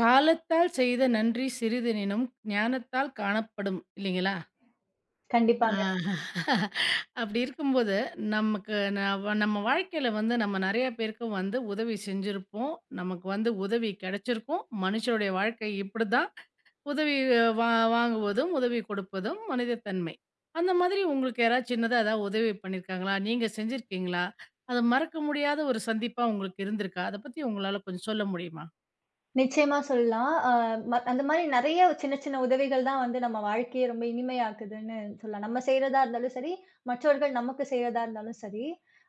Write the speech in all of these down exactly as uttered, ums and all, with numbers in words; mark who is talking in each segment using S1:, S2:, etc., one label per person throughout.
S1: காலத்தால் செய்த நன்றி சிறிதெனினும் ஞானத்தால் காணப்படும் இல்லைங்களா?
S2: கண்டிப்பாங்க.
S1: ஆ. அப்படி இருக்கும்போது, நமக்கு நவ நம்ம வாழ்க்கையில வந்து நம்ம நெறைய பேருக்கு வந்து உதவி செஞ்சிருப்போம். நமக்கு வந்து உதவி கிடைச்சிருக்கும். மனுஷருடைய வாழ்க்கை இப்படிதான். உதவி அஹ், வா வாங்குவதும், உதவி கொடுப்பதும் மனிதத்தன்மை. அந்த மாதிரி உங்களுக்கு யாராவது சின்னதா ஏதாவது உதவி பண்ணியிருக்காங்களா? நீங்க செஞ்சிருக்கீங்களா? அது மறக்க முடியாத ஒரு சந்திப்பா உங்களுக்கு இருந்திருக்கா? அத பத்தி உங்களால கொஞ்சம் சொல்ல முடியுமா?
S2: நிச்சயமா சொல்லலாம். அ ம அந்த மாரி நெறைய சின்ன சின்ன உதவிகள் தான் வந்து நம்ம வாழ்க்கைய ரொம்ப இனிமையாக்குதுன்னு சொல்லலாம். நம்ம செய்றதா இருந்தாலும் சரி, மற்றவர்கள் நமக்கு செய்றதா இருந்தாலும் சரி.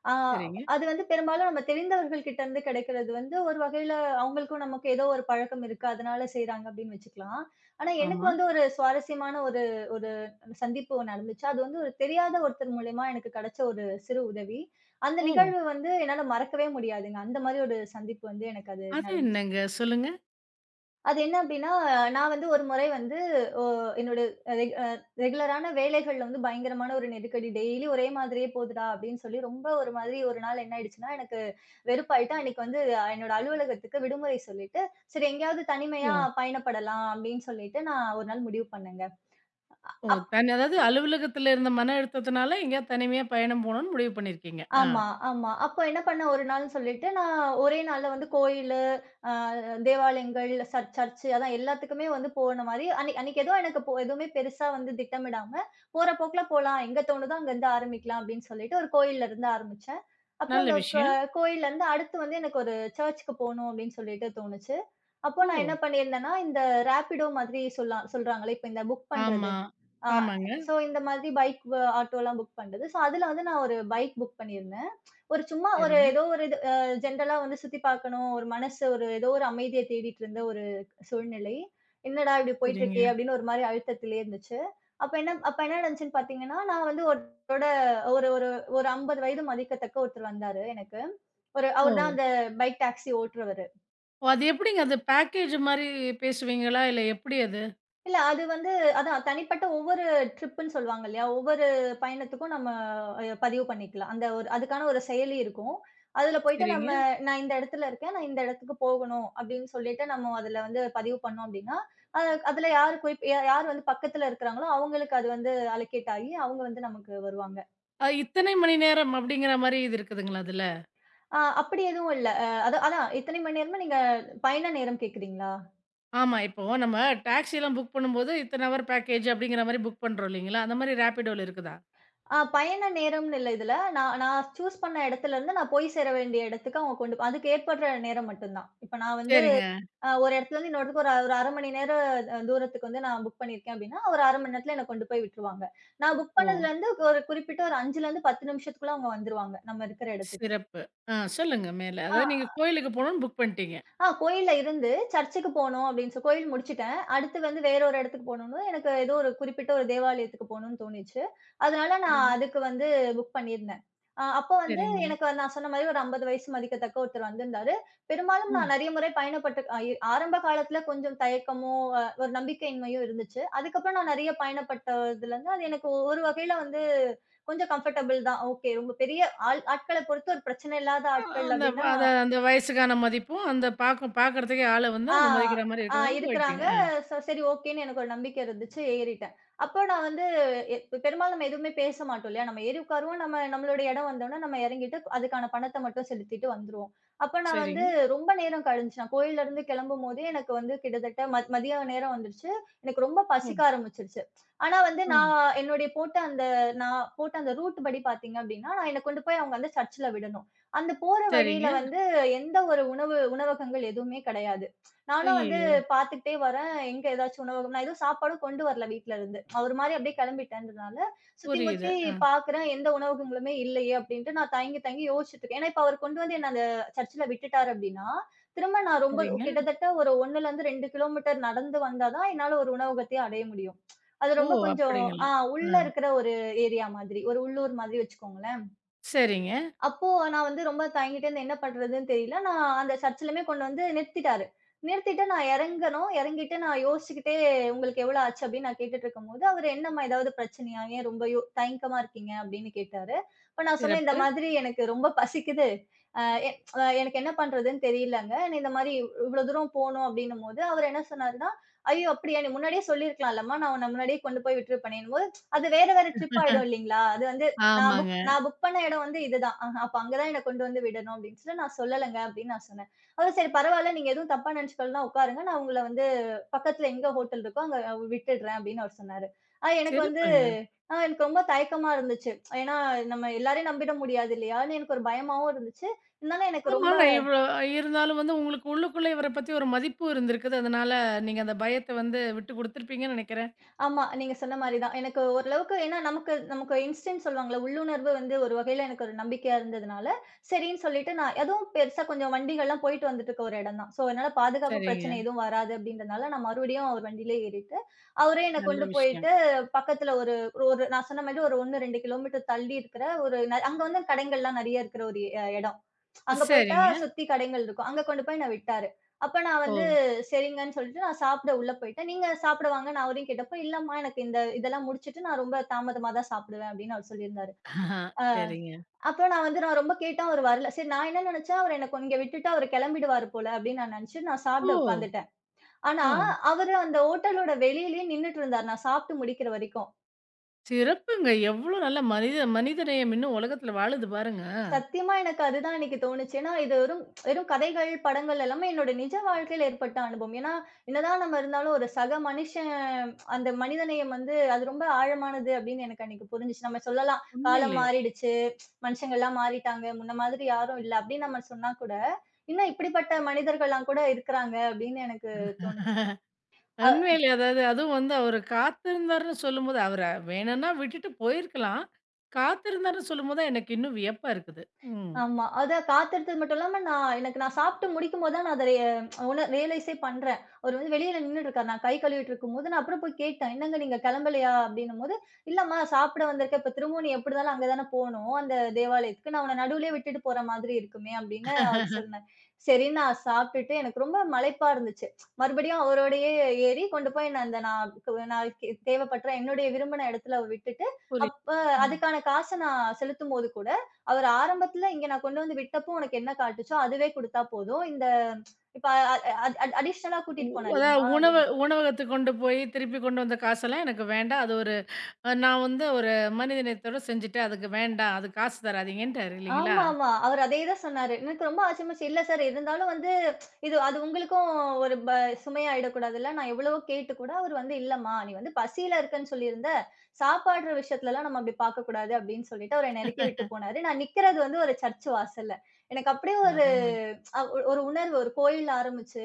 S2: ஆ
S1: சரிங்க.
S2: அது வந்து பெரும்பாலும் நம்ம தெரிந்தவர்கள் கிட்ட இருந்து கிடைக்கிறது வந்து ஒரு வகையில அவங்களுக்கும் நமக்கும் ஏதோ ஒரு பழக்கம் இருக்கு. அதனால செய்றாங்க அப்படின்னு வச்சுக்கலாம். ஆனா எனக்கு
S1: ஆமா.
S2: வந்து ஒரு சுவாரஸ்யமான ஒரு ஒரு சந்திப்பு ஒண்ணு நடந்துச்சு. அது வந்து ஒரு தெரியாத ஒருத்தர் மூலியமா எனக்கு கிடைச்ச ஒரு சிறு உதவி. அந்த
S1: ஓ!
S2: நிகழ்வு வந்து என்னால மறக்கவே முடியாதுங்க. அந்த மாரி ஒரு சந்திப்பு வந்து எனக்கு அது
S1: அது
S2: நடந்துச்சு.
S1: என்னங்க? சொல்லுங்க.
S2: அது என்ன அப்டின்னா, நான் வந்து ஒரு முறை வந்து ஒ என்னோட ரெகு அ ரெகுலரான வேலைகள்ல வந்து பயங்கரமான ஒரு நெருக்கடி. டெய்லி ஒரே மாதிரியே போதுடா அப்டின்னு சொல்லி ரொம்ப ஒரு மாதிரி ஒரு நாள் என்ன ஆயிடுச்சுன்னா, எனக்கு வெறுப்பாயிட்டு அன்னைக்கு வந்து அஹ், என்னோட அலுவலகத்துக்கு விடுமுறை சொல்லிட்டு, சரி எங்கேயாவது தனிமையா
S1: ஓ!
S2: பயணப்படலாம் அப்டின்னு சொல்லிட்டு நான் ஒரு நாள் முடிவு பண்ணேங்க.
S1: ஓ! தனி அதாவது அலுவலகத்துல இருந்த மன அழுத்தத்தினால எங்கேயாவது தனிமையா பயணம் போணும்னு முடிவு பண்ணியிருக்கீங்க. ஆ.
S2: ஆமா, ஆமா. அப்போ என்ன பண்ணேன் ஒரு நாள்ன்னு சொல்லிட்டு, நான் ஒரே நாள்ல வந்து கோயிலு, அ தேவாலயங்கள், சர் சர்ச்சு அதான் எல்லாத்துக்குமே வந்து போன மாரி, அன்னை அன்னைக்கு எதுவும் எனக்கு போ எதுவுமே பெருசா வந்து திட்டமிடாம, போற போக்குல போலாம். எங்க தோணுதோ அங்கருந்து ஆரம்பிக்கலாம் அப்படின்னு சொல்லிட்டு, ஒரு கோயில்ல இருந்து ஆரம்பிச்சேன். அப்புறம்
S1: நல்ல
S2: அந்த க
S1: விஷயம்.
S2: கோயில்லருந்து அடுத்து வந்து எனக்கு ஒரு சர்ச்சுக்கு போணும் அப்படின்னு சொல்லிட்டு தோணுச்சு. அப்போ
S1: ஓ!
S2: நான் என்ன பண்ணியிருந்தேன்னா, இந்த ரேப்பிடோ மாதிரி சொல்லா சொல்றாங்கல்ல, இப்ப இந்த புக் பண்றது.
S1: ஆமா.
S2: அ
S1: ஆமாங்க.
S2: ஸோ இந்த மாதிரி பைக் வ ஆட்டோலாம் புக் பண்றது. ஸோ அதுல வந்து நான் ஒரு பைக் புக் பண்ணியிருந்தேன். ஒரு சும்மா ஒரு
S1: சரிங்க,
S2: ஏதோ ஒரு இது அ ஜென்ரலா வந்து சுத்தி பார்க்கணும். ஒரு மனசு ஒரு ஏதோ ஒரு அமைதிய தேடிட்டு இருந்த ஒரு சூழ்நிலை. என்னடா இப்படி போயிட்டு இருக்கே
S1: சரிங்க.
S2: அப்படின்னு ஒரு மாரி அழுத்தத்திலேயே இருந்துச்சு. அப்ப என்ன அப்ப என்ன நடந்துச்சுன்னு பார்த்தீங்கன்னா, நான் வந்து ஒருத்தரோட ஒரு ஒரு ஒரு ஐம்பது வயது மதிக்கத்தக்க ஒருத்தர் வந்தாரு எனக்கு. ஒரு
S1: ஓ!
S2: அவரு தான் அந்த பைக் டாக்ஸி ஓட்டுறவரு.
S1: ஓ! அது எப்படிங்க? அது பேக்கேஜ் மாரி பேசுவீங்களா? இல்ல எப்படி அது?
S2: இல்ல அது வந்து அதான் தனிப்பட்ட ஒவ்வொரு ட்ரிப்புன்னு சொல்லுவாங்க இல்லையா? ஒவ்வொரு பயணத்துக்கும் நம்ம அ பதிவு பண்ணிக்கலாம். அந்த ஒரு அதுக்கான ஒரு செயலி இருக்கும். அதுல போயிட்டு நம்ம
S1: சரிங்க.
S2: நான் இந்த இடத்துல இருக்கேன். நான் இந்த இடத்துக்கு போகணும் அப்படின்னு சொல்லிட்டு நம்ம அதுல வந்து பதிவு பண்ணோம் அப்படின்னா, அது அதுல யார் குறிப் யா யார் வந்து பக்கத்துல இருக்கிறாங்களோ அவங்களுக்கு அது வந்து அலோகேட் ஆகி அவங்க வந்து நமக்கு வருவாங்க.
S1: அ இத்தனை மணி நேரம் அப்படிங்கிற மாரி இது இருக்குதுங்களா அதுல?
S2: அ அப்படி எதுவும் இல்ல. அ அதான் அதான் இத்தனை மணி நேரமா நீங்க பயண நேரம் கேட்கிறீங்களா?
S1: ஆமா. இப்போ நம்ம டாக்ஸிலாம் புக் பண்ணும்போது, இத்தனை ஹவர் பேக்கேஜ் அப்படிங்கிற மாரி புக் பண்றோம் இல்லைங்களா? அந்த மாரி ரேபிடோல இருக்குதா?
S2: ஆ பயண நேரம்னு இல்ல இதுல. நான் நான் சூஸ் பண்ண இடத்துலருந்து நான் போய் சேர வேண்டிய இடத்துக்கு அவங்க கொண்டு போ- அதுக்கு ஏற்படுற நேரம் மட்டும் தான். இப்ப நான் வந்து
S1: சரிங்க.
S2: அ ஒரு இடத்துலருந்து இன்னொரு இடத்துக்கு ஒரு ஒரு அரை மணி நேர அ தூரத்துக்கு வந்து நான் புக் பண்ணியிருக்கேன் அப்டின்னா, ஒரு அரை மணி நேரத்துல என்ன கொண்டு போய் விட்டுருவாங்க. நான் புக்
S1: ஓ!
S2: பண்ணதுலருந்து ஒரு குறிப்பிட்ட ஒரு 5லருந்து பத்து நிமிஷத்துக்குள்ள அவங்க வந்துருவாங்க, நம்ம இருக்கிற இடத்துக்கு.
S1: சிறப்பு. ஆ, சொல்லுங்க மேல.
S2: ஆ
S1: அதாவது நீங்க கோயிலுக்கு போணும்னு புக் பண்ணிட்டீங்க.
S2: ஆ கோயில்ல இருந்து சர்ச்சுக்கு போணும் அப்படின்னு சொ கோயில் முடிச்சுட்டேன். அடுத்து வந்து வேற ஒரு இடத்துக்கு போணும்னு எனக்கு ஏதோ ஒரு குறிப்பிட்ட ஒரு தேவாலயத்துக்கு போணும்னு தோணிச்சு. அதனால நான்
S1: சரிங்க.
S2: அதுக்கு வந்து புக் பண்ணியிருந்தேன். அ அப்போ வந்து
S1: சரிங்க.
S2: எனக்கு வந்து நான் சொன்ன மாரி ஒரு ஐம்பது வயசு மதிக்கத்தக்க ஒருத்தர் வந்திருந்தாரு. பெரும்பாலும் நான்
S1: ம்.
S2: நெறைய முறை பயணப்பட்டு அ ஆரம்ப காலத்துல கொஞ்சம் தயக்கமோ, அ ஒரு நம்பிக்கையின்மையும் இருந்துச்சு. அதுக்கப்புறம் நான் நெறைய பயணப்பட்டதுலருந்து அது எனக்கு ஒ- ஒரு வகையில வந்து கொஞ்சம் கம்ஃபர்டபுள் தான். ஓகே ரொம்ப பெரிய ஆள் ஆட்கள பொறுத்து ஒரு பிரச்சனை இல்லாத
S1: அ
S2: ஆட்கள்
S1: அந்த
S2: அப்படின்னா
S1: அத அந்த வயசுக்கான மதிப்பும், அந்த பாக்கும் பாக்குறதுக்கே ஆள வந்து
S2: ஆ,
S1: நம்ம மதிக்கிற மாரி
S2: ஆ
S1: இருக்கிறவங்க
S2: இருக்கிறாங்க.
S1: போயிட்டீங்க. ஆ.
S2: சோ சரி ஓகேன்னு எனக்கு ஒரு நம்பிக்கை இருந்துச்சு. ஏறிட்டேன். அப்போ நான் வந்து எ இப்ப பெரும்பாலும் நம்ம எதுவுமே பேச மாட்டோம் இல்லையா? நம்ம ஏறி உட்காருவோம். நம்ம நம்மளோட இடம் வந்தோனே நம்ம இறங்கிட்டு அதுக்கான பணத்த மட்டும் செலுத்திட்டு வந்துருவோம். அப்ப நான் வந்து
S1: சரிங்க.
S2: ரொம்ப நேரம் கழிஞ்சு நான் கோயில்லருந்து கிளம்பும்போதே எனக்கு வந்து கிட்டத்தட்ட ம மதிய நேரம் வந்துருச்சு. எனக்கு ரொம்ப
S1: ஓ!
S2: பசிக்க ஆரம்பிச்சுருச்சு. ஆனா வந்து
S1: ம்.
S2: நான் என்னுடைய போட்ட அந்த நான் போட்ட அந்த ரூட் படி பார்த்தீங்க அப்டின்னா, நான் என்ன கொண்டு போய் அவங்க அந்த சர்ச்சில விடணும். அந்த போற வழியில
S1: சரிங்க.
S2: வந்து எந்த ஒரு உணவு உணவகங்கள் எதுவுமே கிடையாது. நானும் வந்து
S1: ஐய்யயோ!
S2: பார்த்துக்கிட்டே வரேன். எங்க ஏதாச்சும் உணவகம். நான் எதுவும் சாப்பாடும் கொண்டு வரல வீட்ல இருந்து. ஒரு மாரி அப்படியே கிளம்பிட்டேன்றதுனால, சுத்தி
S1: புரியுது.
S2: முத்தி
S1: ஆ.
S2: பார்க்குறேன் எந்த உணவகங்களுமே இல்லையே அப்படின்ட்டு நான் தயங்கி தயங்கி யோசிச்சுட்டு இருக்கேன். ஏன்னா, இப்ப அவர் கொண்டு வந்து என்ன அந்த சர்ச்சில விட்டுட்டாரு அப்படின்னா, திரும்ப நான் ரொம்ப
S1: சரிங்க.
S2: கிட்டத்தட்ட ஒரு 1லேருந்து இரண்டு கிலோமீட்டர் நடந்து வந்தா தான் என்னால ஒரு உணவகத்தையே அடைய முடியும். அது
S1: ஓ!
S2: ரொம்ப கொஞ்சம் ஆ
S1: அப்படிங்களா? ஆ.
S2: உள்ள இருக்கிற ஒரு ஏரியா மாதிரி. ஒரு உள்ளூர் மாதிரி வச்சுக்கோங்களேன்.
S1: சரிங்க.
S2: அப்போ நான் வந்து ரொம்ப தயங்கிட்டே இருந்தேன். என்ன பண்றதுன்னு தெரியல. நான் அந்த சர்ச்சிலுமே கொண்டு வந்து நிறுத்திட்டாரு. நிறுத்திட்டு நான் இறங்கணும். இறங்கிட்டு நான் யோசிச்சுக்கிட்டே, "உங்களுக்கு எவ்வளோ ஆச்சு?" அப்படின்னு நான் கேட்டுட்டு இருக்கும்போது, அவரு, "என்னம்மா ஏதாவது பிரச்சனையா? ஏன் ரொம்ப யோ தயக்கமா இருக்கீங்க?" அப்படின்னு கேட்டாரு. அப்ப நான் சொன்னேன், "இந்த
S1: சிறப்பு.
S2: மாதிரி எனக்கு ரொம்ப பசிக்குது. அ எ ஆஹ் எனக்கு என்ன பண்றதுன்னு தெரியலங்க. நான் இந்த மாதிரி இவ்வளோ தூரம் போணும்." அப்படின்னும்போது, அவர் என்ன சொன்னாருன்னா, "ஐயோ! அப்படியா? நீ முன்னாடியே சொல்லியிருக்கலாம்லம்மா. நான் உன்ன முன்னாடியே கொண்டு போய் விட்டுருப்பேனேன்னும்போது" அது வேற வேற ட்ரிப் ஆயிடும் இல்லைங்களா? அது வந்து நான் புக்
S1: ஆமாங்க.
S2: நான் புக் பண்ண இடம் வந்து இதுதான். அஹ அப்ப அங்க தான் என்ன கொண்டு வந்து விடணும் அப்படின்னு சொல்லி நான் சொல்லலங்க அப்படின்னு நான் சொன்னேன். அவ சரி பரவால்ல நீங்க எதுவும் தப்பா நினைச்சுக்கலன்னா உட்காருங்க. நான் உங்கள வந்து பக்கத்துல எங்க ஹோட்டல் இருக்கோ அங்க விட்டுடுறேன் அப்படின்னு அவர் சொன்னாரு. ஆ எனக்கு வந்து
S1: சிறப்புங்க.
S2: ஆ எனக்கு ரொம்ப தயக்கமா இருந்துச்சு. ஏன்னா நம்ம எல்லாரையும் நம்பிட முடியாது இல்லையான்னு எனக்கு ஒரு பயமாவும் இருந்துச்சு. இருந்தாலும் எனக்கு
S1: ஆமா,
S2: ரொம்ப.
S1: நான் இவ்ளோ இருந்தாலும் வந்து உங்களுக்கு உள்ளுக்குள்ள இவர பத்தி ஒரு மதிப்பு இருந்திருக்குது. அதனால நீங்க அந்த பயத்த வந்து விட்டு குடுத்துருப்பீங்கன்னு நெனைக்கிறேன்.
S2: ஆமா, நீங்க சொன்ன மாரி தான். எனக்கு ஓரளவுக்கு ஏன்னா நமக்கு நமக்கு இன்ஸ்டிங்க்ட் சொல்லுவாங்கல்ல, உள்ளுணர்வு வந்து ஒரு வகையில எனக்கு ஒரு நம்பிக்கையா இருந்ததுனால, சரின்னு சொல்லிட்டு நான் அதுவும் பெருசா கொஞ்சம் வண்டிகள்லாம் போயிட்டு வந்துட்டு இருக்க ஒரு இடம் தான். ஸோ அதனால பாதுகாப்பு
S1: சரிங்க.
S2: பிரச்சனை எதுவும் வராது அப்படின்றனால, நான் மறுபடியும் அவர் வண்டியிலே ஏறிட்டு, அவரே என்ன
S1: நல்ல
S2: கொண்டு
S1: விஷயம்.
S2: போயிட்டு பக்கத்துல ஒரு ஒரு நான் சொன்ன மாதிரி ஒரு ஒன்று, இரண்டு கிலோமீட்டர் தள்ளி இருக்கிற ஒரு ந அங்க வந்து கடைங்கள்லாம் நெறைய இருக்கிற ஒரு எ இடம். அங்க போயிட்டா
S1: சரிங்க.
S2: சுத்தி கடைங்கள் இருக்கும். அங்க கொண்டு போய் என்ன விட்டாரு. அப்ப நான்
S1: ஓ!
S2: வந்து சரிங்கன்னு சொல்லிட்டு நான் சாப்பிட உள்ள போயிட்டேன். "நீங்க சாப்பிட வாங்க" நான் அவரையும் கேட்டப்போ, "இல்லம்மா எனக்கு இந்த இதெல்லாம் முடிச்சுட்டு நான் ரொம்ப தாமதமா தான் சாப்பிடுவேன்" அப்படின்னு அவர் சொல்லியிருந்தாரு. அ
S1: சரிங்க.
S2: அப்புறம் நான் வந்து நான் ரொம்ப கேட்டேன் அவர் வரல. சரி நான் என்ன நினைச்சேன், அவர் எனக்கு இங்க விட்டுட்டு அவர் கிளம்பிடுவாரு போல அப்படின்னு நான் நினைச்சு நான்
S1: ஓ!
S2: சாப்பிட உட்காந்துட்டேன். ஆனா,
S1: ஆ.
S2: அவரு அந்த ஹோட்டலோட வெளியிலேயே நின்னுட்டு இருந்தாரு. நான் சாப்பிட்டு முடிக்கிற வரைக்கும்.
S1: சிறப்புங்க. எவ்ளோ நல்ல மனித மனிதநேயம் இன்னும் உலகத்துல வாழுது பாருங்க.
S2: சத்தியமா எனக்கு அதுதான் இன்னைக்கு தோணுச்சு. ஏன்னா, இது வெறும் வெறும் கதைகள், படங்கள் எல்லாமே என்னோட நிஜ வாழ்க்கையில ஏற்பட்ட அனுபவம். ஏன்னா, என்னதான் நம்ம இருந்தாலும் ஒரு சக மனுஷன் அந்த மனிதநேயம் வந்து அது ரொம்ப ஆழமானது அப்படின்னு எனக்கு அன்னைக்கு புரிஞ்சுச்சு. நம்ம சொல்லலாம், "காலம்
S1: உண்மையிலே.
S2: மாறிடுச்சு, மனுஷங்கள்லாம் மாறிட்டாங்க, முன்ன மாதிரி யாரும் இல்ல" அப்படின்னு நம்ம சொன்னா கூட, இன்னும் இப்படிப்பட்ட மனிதர்கள்லாம் கூட இருக்கிறாங்க அப்படின்னு எனக்கு தோணுச்சு.
S1: உண்மையிலே அதாவது அதுவும் வந்து அவரு காத்திருந்தாருன்னு சொல்லும்போது, அவர வேணும்னா விட்டுட்டு போயிருக்கலாம். காத்திருந்தாருன்னு சொல்லும்போது தான் எனக்கு இன்னும் வியப்பா இருக்குது. ம்.
S2: ஆமா. அதான் காத்திருத்தது மட்டும் இல்லாம, நான் எனக்கு நான் சாப்பிட்டு முடிக்கும்போது தான் நான் அத ரி உண ரியலைஸே பண்றேன். அவரு வந்து வெளியில நின்னுட்டு இருக்காரு. நான் கை கழுவிட்டு இருக்கும்போது, நான் அப்புறம் போய் கேட்டேன். "என்னங்க நீங்க கிளம்பலையா?" அப்படின்னும்போது, "இல்லம்மா சாப்பிட வந்திருக்கேன். இப்ப திரும்பவும் நீ எப்படி இருந்தாலும் அங்க தானே போணும், அந்த தேவாலயத்துக்கு. நான் உன்ன நடுவுலயே விட்டுட்டு போற மாதிரி இருக்குமே" அப்படின்னு அவரு சொன்னாரு. சரின்னு நான் சாப்பிட்டுட்டு எனக்கு ரொம்ப மலைப்பா இருந்துச்சு. மறுபடியும் அவரோடயே ஏறி கொண்டு போய் நான் அந்த நான் நான் தேவைப்பட்ட என்னுடைய விரும்பின இடத்துல விட்டுட்டு,
S1: புரியுது.
S2: அப்ப
S1: அ.
S2: அதுக்கான காச நான் செலுத்தும்போது கூட அவர் ஆரம்பத்துல இங்க நான் கொண்டு வந்து விட்டப்போ, உனக்கு என்ன காட்டுச்சோ அதுவே குடுத்தா போதும். இந்த இப்ப அ அ அ அடிஷனலா கூட்டிட்டு
S1: அதாவது
S2: போனேன்லம்மா
S1: உணவு
S2: அப்படின்னு.
S1: உணவகத்துக்கு கொண்டு போய் திருப்பி கொண்டு வந்த காசெல்லாம் எனக்கு வேண்டாம். அது ஒரு அ, நான் வந்து ஒரு மனிதநேயத்தோட செஞ்சுட்டேன். அதுக்கு வேண்டாம். அது காசு தராதீங்கன்ட்டாரு இல்லைங்களா?
S2: ஆமாமா. அவர் அதே தான் சொன்னாரு. எனக்கு ரொம்ப ஆச்சரியமாச்சு. இல்ல சார் இருந்தாலும் வந்து இது அது உங்களுக்கும் ஒரு ப சுமையாயிடக்கூடாதுல்ல. நான் எவ்வளவோ கேட்டு கூட அவரு வந்து, "இல்லம்மா, நீ வந்து பசியில இருக்கன்னு சொல்லியிருந்த. சாப்பாடுற விஷயத்துலலாம் நம்ம அப்படி பார்க்கக்கூடாது." அப்படின்னு சொல்லிட்டு அவரு என்னை நெருக்கி விட்டு போனாரு. நான் நிக்கிறது வந்து ஒரு சர்ச் வாசல்ல. எனக்கு அப்படியே ஒரு
S1: அருமை.
S2: அ ஒரு உணர்வு, ஒரு கோயில் ஆரம்பிச்சு,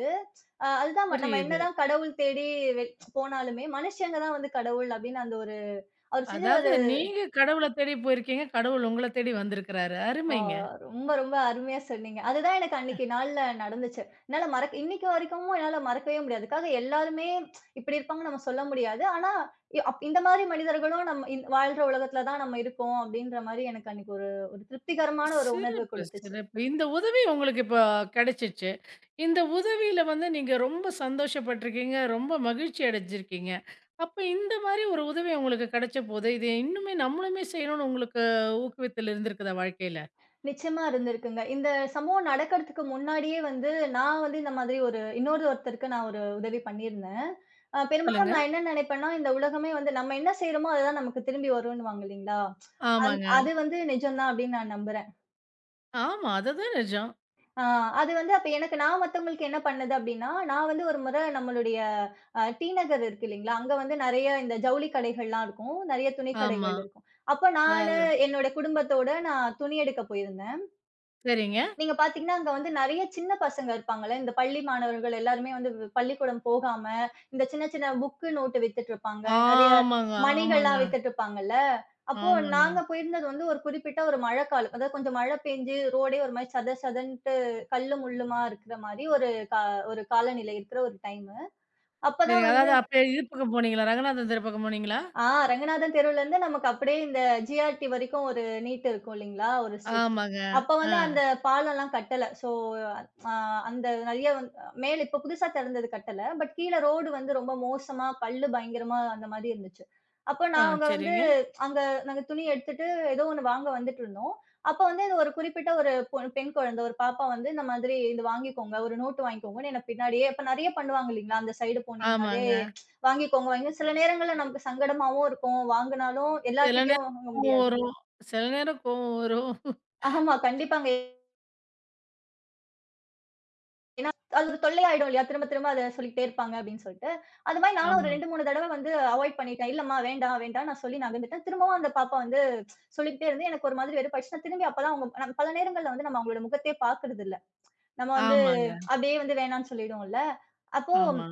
S2: அ அதுதான் ம நம்ம
S1: புரியுது.
S2: என்னதான் கடவுள் தேடி வெ போனாலுமே, மனுஷங்க தான் வந்து கடவுள் அப்படின்னு அந்த ஒரு அவரு செஞ்ச
S1: அதாவது
S2: ஒரு.
S1: நீங்க கடவுள தேடி போயிருக்கீங்க. கடவுள் உங்கள தேடி வந்திருக்கிறாரு.
S2: ஆ
S1: அருமைங்க.
S2: ரொம்ப, ரொம்ப அருமையா சொன்னீங்க. அதுதான் எனக்கு அன்னைக்கு நாள்ல நடந்துச்சு. என்னால மறக்க இன்னைக்கு வரைக்கும் என்னால மறக்கவே முடியாது. அதுக்காக எல்லாருமே இப்படி இருப்பாங்கன்னு நம்ம சொல்ல முடியாது. ஆனா, இ அப் இந்த மாரி மனிதர்களும் நம்ம இந் வாழ்ற உலகத்துல தான் நம்ம இருக்கோம் அப்படின்ற மாரி எனக்கு அன்னைக்கு ஒரு ஒரு திருப்திகரமான ஒரு உணர்வு
S1: சிறப்பு,
S2: கொடுத்துச்சு.
S1: சிறப்பு. இந்த உதவி உங்களுக்கு இப்போ கிடைச்சிச்சு. இந்த உதவியில வந்து நீங்க ரொம்ப சந்தோஷப்பட்டுருக்கீங்க. ரொம்ப மகிழ்ச்சி அடைஞ்சிருக்கீங்க. அப்ப இந்த மாரி ஒரு உதவி உங்களுக்கு கிடைச்சபோது, இது இன்னுமே நம்மளுமே செய்யணும்னு உங்களுக்கு ஊக்குவித்தல் இருந்திருக்குதா வாழ்க்கையில?
S2: நிச்சயமா இருந்திருக்குங்க. இந்த சம்பவம் நடக்கிறதுக்கு முன்னாடியே வந்து, நான் வந்து இந்த மாதிரி ஒரு இன்னொரு ஒருத்தருக்கு நான் ஒரு உதவி பண்ணியிருந்தேன். அ பெரும்பாலும்
S1: சொல்லுங்க.
S2: நான் என்ன நினைப்பேன்னா, இந்த உலகமே வந்து நம்ம என்ன செய்றோமோ அதுதான் நமக்கு திரும்பி வருன்னுவாங்க இல்லைங்களா? அந்
S1: ஆமாங்க.
S2: அது வந்து நிஜம் தான் அப்படின்னு நான் நம்புறேன்.
S1: ஆமா. அதுதான் நிஜம்.
S2: ஆ அது வந்து அப்ப எனக்கு நான் மத்தவங்களுக்கு என்ன பண்ணுது அப்படின்னா, நான் வந்து ஒரு முறை நம்மளுடைய அ டி நகர் இருக்கு இல்லைங்களா? அங்க வந்து நெறைய இந்த ஜவுளி கடைகள்லாம் இருக்கும். நெறைய துணி
S1: ஆமா.
S2: கடைகள் இருக்கும். அப்ப நானு,
S1: அதாவது
S2: என்னோட குடும்பத்தோட நான் துணி எடுக்க போயிருந்தேன்.
S1: சரிங்க.
S2: நீங்க பாத்தீங்கன்னா, அங்க வந்து நெறைய சின்ன பசங்க இருப்பாங்கல்ல. இந்த பள்ளி மாணவர்கள் எல்லாருமே வந்து வி- பள்ளிக்கூடம் போகாம, இந்த சின்ன சின்ன புக்கு, நோட்டு வித்துட்டுருப்பாங்க. நெறைய
S1: ஆமாங்க, ஆமாங்க,
S2: மணிகள்லாம் வித்துட்டுருப்பாங்கல்ல. அப்போ
S1: ஆமாங்க.
S2: நாங்க போயிருந்தது வந்து ஒரு குறிப்பிட்ட ஒரு மழைக்காலம். அதாவது கொஞ்சம் மழை பெஞ்சு ரோடே ஒரு மாரி சத சதன்ட்டு கல்லும், முள்ளுமா இருக்கிற மாரி ஒரு கா ஒரு காலநிலை இருக்கிற ஒரு டைமு. அப்பதான்
S1: சரிங்க.
S2: வந்து
S1: அதாவது அப்ப இது பக்கம் போனீங்களா? ரங்கநாதன் தெரு பக்கம் போனீங்களா?
S2: ஆ ரங்கநாதன் தெருவுலருந்து நமக்கு அப்படியே இந்த ஜி ஆர் டி வரைக்கும் ஒரு நீட் இருக்கும் இல்லைங்களா? ஒரு ஸ்ட்ரெச்.
S1: ஆமாங்க.
S2: அப்ப
S1: ஆ,
S2: வந்து அந்த பாலம்லாம் கட்டல. ஸோ அ அந்த நெறைய வந் மேல இப்ப புதுசா திறந்தது கட்டல. பட் கீழ ரோடு வந்து ரொம்ப மோசமா, கல்லு பயங்கரமா அந்த மாரி இருந்துச்சு. அப்ப
S1: ஆ,
S2: நாங்க வந்து
S1: சரிங்க.
S2: அங்க நாங்க துணி எடுத்துட்டு ஏதோ ஒண்ணு வாங்க வந்துட்டுருந்தோம். அப்ப வந்து இது ஒரு குறிப்பிட்ட ஒரு பொ பெண் குழந்தை, ஒரு பாப்பா வந்து இந்த மாதிரி "இது வாங்கிக்கோங்க, ஒரு நோட்டு வாங்கிக்கோங்கன்னு" என்ன பின்னாடியே அப்ப நெறைய பண்ணுவாங்க இல்லைங்களா? அந்த சைடு போனீங்கனாலே
S1: ஆமாங்க.
S2: வாங்கிக்கோங்க, வாங்கிக்கோங்க. சில நேரங்கள்ல நமக்கு சங்கடமாவும் இருக்கும். வாங்குனாலும்
S1: சில
S2: எல்லார்கிட்டயும்
S1: நேரம்
S2: வாங்க
S1: கோவம்
S2: முடியாது.
S1: வரும். சில நேரம் கோவம் வரும்.
S2: ஆமா, கண்டிப்பாங்க. ஏன்னா, அது ஒரு தொல்லையாயிடும் இல்லையா? திரும்ப திரும்ப அத சொல்லிட்டே இருப்பாங்க அப்படின்னு சொல்லிட்டு. அது மாரி நானும் ஒரு
S1: ஆமா.
S2: இரண்டு, மூன்று தடவ வந்து அவாய்ட் பண்ணிட்டேன். இல்லம்மா வேண்டாம், வேண்டாம்ன்னு நான் சொல்லி நகர்ந்துட்டேன். திரும்பவும் அந்த பாப்பா வந்து சொல்லிக்கிட்டே இருந்து எனக்கு ஒரு மாதிரி வெறுப்பாயிடுச்சு. நான் திரும்பி அப்பதான் அவங்க நம் பல நேரங்கள்ல வந்து நம்ம அவங்களோட முகத்தையே பார்க்கறது இல்ல. நம்ம வந்து
S1: ஆமாங்க.
S2: அப்படியே வந்து வேணான்னு சொல்லிடுவோம்ல. அப்போ
S1: ஆமா.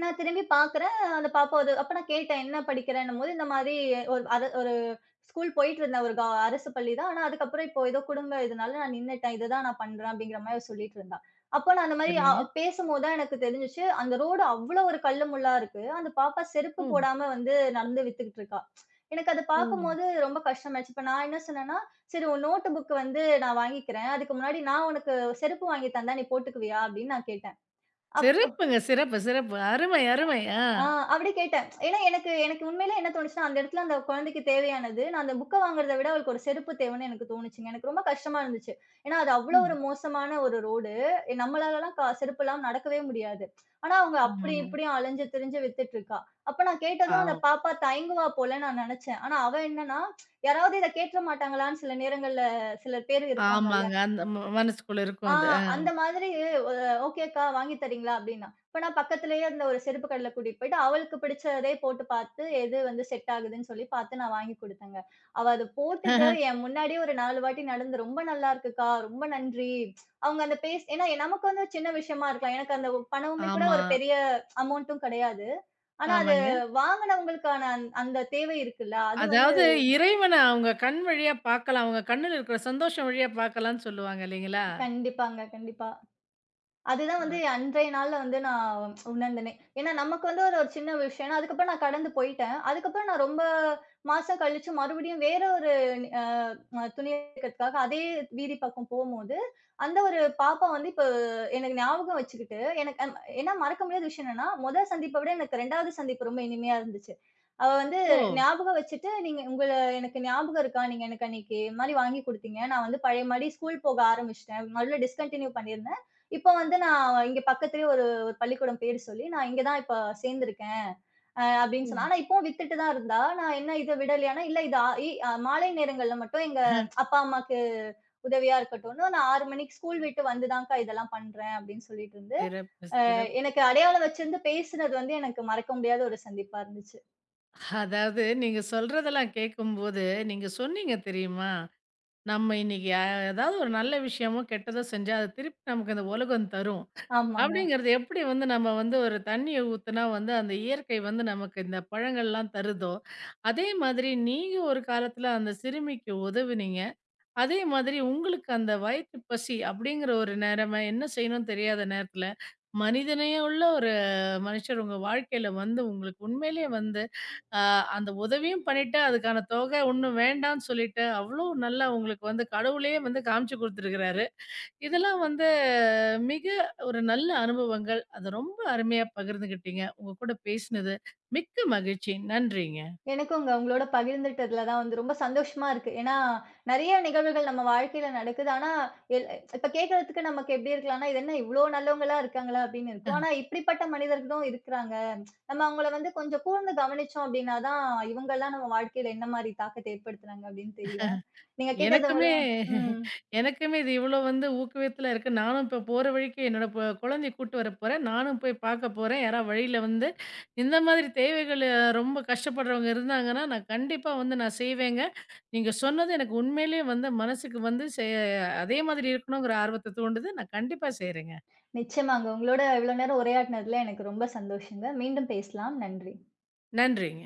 S2: நான் திரும்பி பாக்குறேன். அந்த பாப்பா அது அப்ப நான் கேட்டேன், "என்ன படிக்கிறன்னும்போது?" இந்த மாரி ஒரு அது ஒரு ஸ்கூல் போயிட்டுருந்த ஒரு க அரசு பள்ளி தான். ஆனா, அதுக்கப்புறம் இப்போ ஏதோ குடும்ப இதுனால நான் நின்னுட்டேன். இதுதான் நான் பண்றேன் அப்படிங்கிற மாரி அவ சொல்லிட்டு இருந்தா. அப்போ நான் அந்த மாரி அ
S1: சரிங்க.
S2: பேசும்போது தான் எனக்கு தெரிஞ்சுச்சு, அந்த ரோடு அவ்ளோ ஒரு கல்லு முள்ளா இருக்கு. அந்த பாப்பா செருப்பு
S1: ம்,
S2: போடாம வந்து நடந்து வித்துக்கிட்டு இருக்கா. எனக்கு அத
S1: ம்.
S2: பாக்கும்போது ரொம்ப கஷ்டமாயிடுச்சு. இப்ப நான் என்ன சொன்னேன்னா, "சரி உன் நோட்டு புக் வந்து நான் வாங்கிக்கிறேன். அதுக்கு முன்னாடி நான் உனக்கு செருப்பு வாங்கி தந்தா நீ போட்டுக்குவியா?" அப்படின்னு நான் கேட்டேன். அப்
S1: சிறப்புங்க. சிறப்பு, சிறப்பு. அருமை, அருமை. ஆ.
S2: ஆ அப்படி கேட்டேன். ஏன்னா எனக்கு எனக்கு உண்மையிலே என்ன தோணுச்சுன்னா, அந்த இடத்துல அந்த குழந்தைக்கு தேவையானது, நான் அந்த புக்க வாங்குறத விட அவளுக்கு ஒரு செருப்பு தேவைன்னு எனக்கு தோணுச்சுங்க. எனக்கு ரொம்ப கஷ்டமா இருந்துச்சு. ஏன்னா அது அவ்வளோ ஒரு
S1: ம்.
S2: மோசமான ஒரு ரோடு. நம்மளாலலாம் க செருப்பு இல்லாம நடக்கவே முடியாது. ஆனா அவங்க அப்படி
S1: ஆமாங்க.
S2: இப்படியும் அலைஞ்சு திரிஞ்சு வித்துட்டு இருக்கா. அப்ப நான் கேட்டதும் அந்த
S1: பாவம்.
S2: பாப்பா தயங்குவா போலன்னு நான் நெனச்சேன். ஆனா அவ என்னன்னா, யாராவது இத கேட்ற மாட்டாங்களான்னு சில நேரங்கள்ல சில பேர் இருப்பாங்கல்ல.
S1: ஆமாங்க. அந்த ம மனசுக்குள்ள
S2: ஆ
S1: இருக்கும் அது.
S2: அந்த மாதிரி ஒ "ஓகே அக்கா வாங்கி தரீங்களா?" அப்படின்னா. அப்ப நான் பக்கத்திலேயே இருந்த ஒரு செருப்பு கடையில கூட்டிட்டு போயிட்டு, அவளுக்கு பிடிச்சதே போட்டு பார்த்து, எது வந்து செட் ஆகுதுன்னு சொல்லி பார்த்து நான் வாங்கி குடுத்தேங்க. அவ அத போட்டுட்டு என் முன்னாடியே ஒரு நான்கு வாட்டி நடந்து, "ரொம்ப நல்லா இருக்குக்கா. ரொம்ப நன்றி." அவங்க அந்த பேஸ் ஏன்னா நமக்கு வந்து ஒரு சின்ன விஷயமா இருக்கலாம். எனக்கு அந்த பணமுமே கூட
S1: ஆமா.
S2: ஒரு பெரிய அமௌண்ட்டும் கிடையாது. ஆனா அது
S1: ஆமாங்க.
S2: வாங்குனவங்களுக்கான அந் அந்த தேவை இருக்குல்ல, அது வந்து
S1: அதாவது இறைவன அவங்க கண் வழியா பார்க்கலாம். அவங்க கண்ணுல இருக்கிற சந்தோஷம் வழியா பார்க்கலாம்ன்னு சொல்லுவாங்க இல்லைங்களா?
S2: கண்டிப்பாங்க, கண்டிப்பா. அதுதான் வந்து அன்றைய நாள்ல வந்து நான் உணர்ந்தேனே. ஏன்னா நமக்கு வந்து ஒரு ஒரு சின்ன விஷயம். அதுக்கப்புறம் நான் கடந்து போயிட்டேன். அதுக்கப்புறம் நான் ரொம்ப மாசம் கழிச்சு மறுபடியும் வேற ஒரு அ துணி எடுக்கிறதுக்காக அதே வீதி பக்கம் போம்போது, அந்த ஒரு பாப்பா வந்து இப்ப எனக்கு ஞாபகம் வச்சுக்கிட்டு, எனக்கு அம் ஏன்னா மறக்க முடியாத விஷயம் என்னன்னா, முதல் சந்திப்ப விட எனக்கு ரெண்டாவது சந்திப்பு ரொம்ப இனிமையா இருந்துச்சு. அவ வந்து
S1: ஓ!
S2: ஞாபகம் வச்சுட்டு, "நீங்க உங்கள எனக்கு ஞாபகம் இருக்கா? நீங்க எனக்கு அன்னைக்கு இது மாரி வாங்கி குடுத்தீங்க. நான் வந்து பழைய மாரி ஸ்கூல் போக ஆரம்பிச்சுட்டேன். மறுபடியும் டிஸ்கன்டின்யூ பண்ணியிருந்தேன். இப்ப வந்து நான் இங்க பக்கத்துலயே ஒரு ஒரு பள்ளிக்கூடம் பேர் சொல்லி, "நான் இங்க தான் இப்ப சேர்ந்திருக்கேன்" அ அப்படின்னு சொன்னா.
S1: ம்.
S2: ஆனா இப்பவும் வித்துட்டு தான் இருந்தா. நான் என்ன இத விடலையானா, "இல்ல இது ஆ இ அஹ் மாலை நேரங்கள்ல மட்டும் எங்க அப்பா, அம்மாக்கு உதவியா இருக்கட்டும்னு, நான் ஆறு மணிக்கு ஸ்கூல் விட்டு வந்து தான்க்கா இதெல்லாம் பண்றேன்" அப்படின்னு சொல்லிட்டு இருந்து,
S1: சிறப்பு, சிறப்பு.
S2: எனக்கு அடையாளம் வச்சிருந்து பேசுனது வந்து எனக்கு மறக்க முடியாத ஒரு சந்திப்பா இருந்துச்சு.
S1: அதாவது நீங்க சொல்றதெல்லாம் கேட்கும்போது, நீங்க சொன்னீங்க தெரியுமா? நம்ம இன்னைக்கு அ ஏதாவது ஒரு நல்ல விஷயமோ, கெட்டதோ செஞ்சா, அத திருப்பி நமக்கு இந்த உலகம் தரும்.
S2: ஆமாங்க.
S1: அப்படிங்கிறது எப்படி வந்து நம்ம வந்து ஒரு தண்ணிய ஊத்துனா வந்து அந்த இயற்கை வந்து நமக்கு இந்த பழங்கள்லாம் தருதோ, அதே மாதிரி நீங்க ஒரு காலத்துல அந்த சிறுமிக்கு உதவுனீங்க. அதே மாதிரி உங்களுக்கு அந்த வயிற்று பசி அப்படிங்கிற ஒரு நேரமா என்ன செய்யணும்னு தெரியாத நேரத்துல மனிதனையே உள்ள ஒரு மனுஷர் உங்க வாழ்க்கையில வந்து உங்களுக்கு உண்மையிலேயே வந்து ஆஹ், அந்த உதவியும் பண்ணிட்டு அதுக்கான தொகை ஒன்றும் வேண்டாம்னு சொல்லிட்டு அவ்வளோ நல்லா உங்களுக்கு வந்து கடவுளே வந்து காமிச்சு கொடுத்துருக்கிறாரு. இதெல்லாம் வந்து மிக ஒரு நல்ல அனுபவங்கள். அதை ரொம்ப அருமையா பகிர்ந்துக்கிட்டீங்க. உங்க கூட பேசினது மிக்க மகிழ்ச்சி. நன்றிங்க.
S2: எனக்குங்க உங்களோட பகிர்ந்துட்டதுல தான் வந்து ரொம்ப சந்தோஷமா இருக்கு. ஏன்னா, நெறைய நிகழ்வுகள் நம்ம வாழ்க்கையில நடக்குது. ஆனா, எல் இப்ப கேட்கறதுக்கு நமக்கு எப்படி இருக்கலாம்னா, இது என்ன இவ்ளோ நல்லவங்களா இருக்காங்களா? அப்படின்னு இருக்கும். ஆனா, இப்படிப்பட்ட மனிதர்களும் இருக்கிறாங்க. நம்ம அவங்கள வந்து கொஞ்சம் கூர்ந்து கவனிச்சோம் அப்படின்னா தான், இவங்கலாம் நம்ம வாழ்க்கையில என்ன மாரி தாக்கத்த ஏற்படுத்துனாங்க அப்படின்னு தெரியும். நீங்க கேட்டது
S1: எனக்குமே,
S2: மூலமா ம்.
S1: எனக்குமே இது இவ்வளோ வந்து ஊக்குவித்தலா இருக்கு. நானும் இப்போ போற வழிக்கு என்னோட பொ குழந்தைய கூட்டு வர போறேன். நானும் போய் பார்க்க போறேன். யாராவது வழியில வந்து இந்த மாதிரி தேவைகள் அஹ், ரொம்ப கஷ்டப்படுறவங்க இருந்தாங்கன்னா, நான் கண்டிப்பா வந்து நான் செய்வேங்க. நீங்க சொன்னது எனக்கு உண்மையிலேயே வந்து மனசுக்கு வந்து செ அதே மாதிரி இருக்கணுங்கிற ஆர்வத்த தூண்டுது. நான் கண்டிப்பா செய்றேங்க.
S2: நிச்சயமாங்க. உங்களோட இவ்வளோ நேரம் உரையாடுனதுல எனக்கு ரொம்ப சந்தோஷங்க. மீண்டும் பேசலாம். நன்றி.
S1: நன்றிங்க.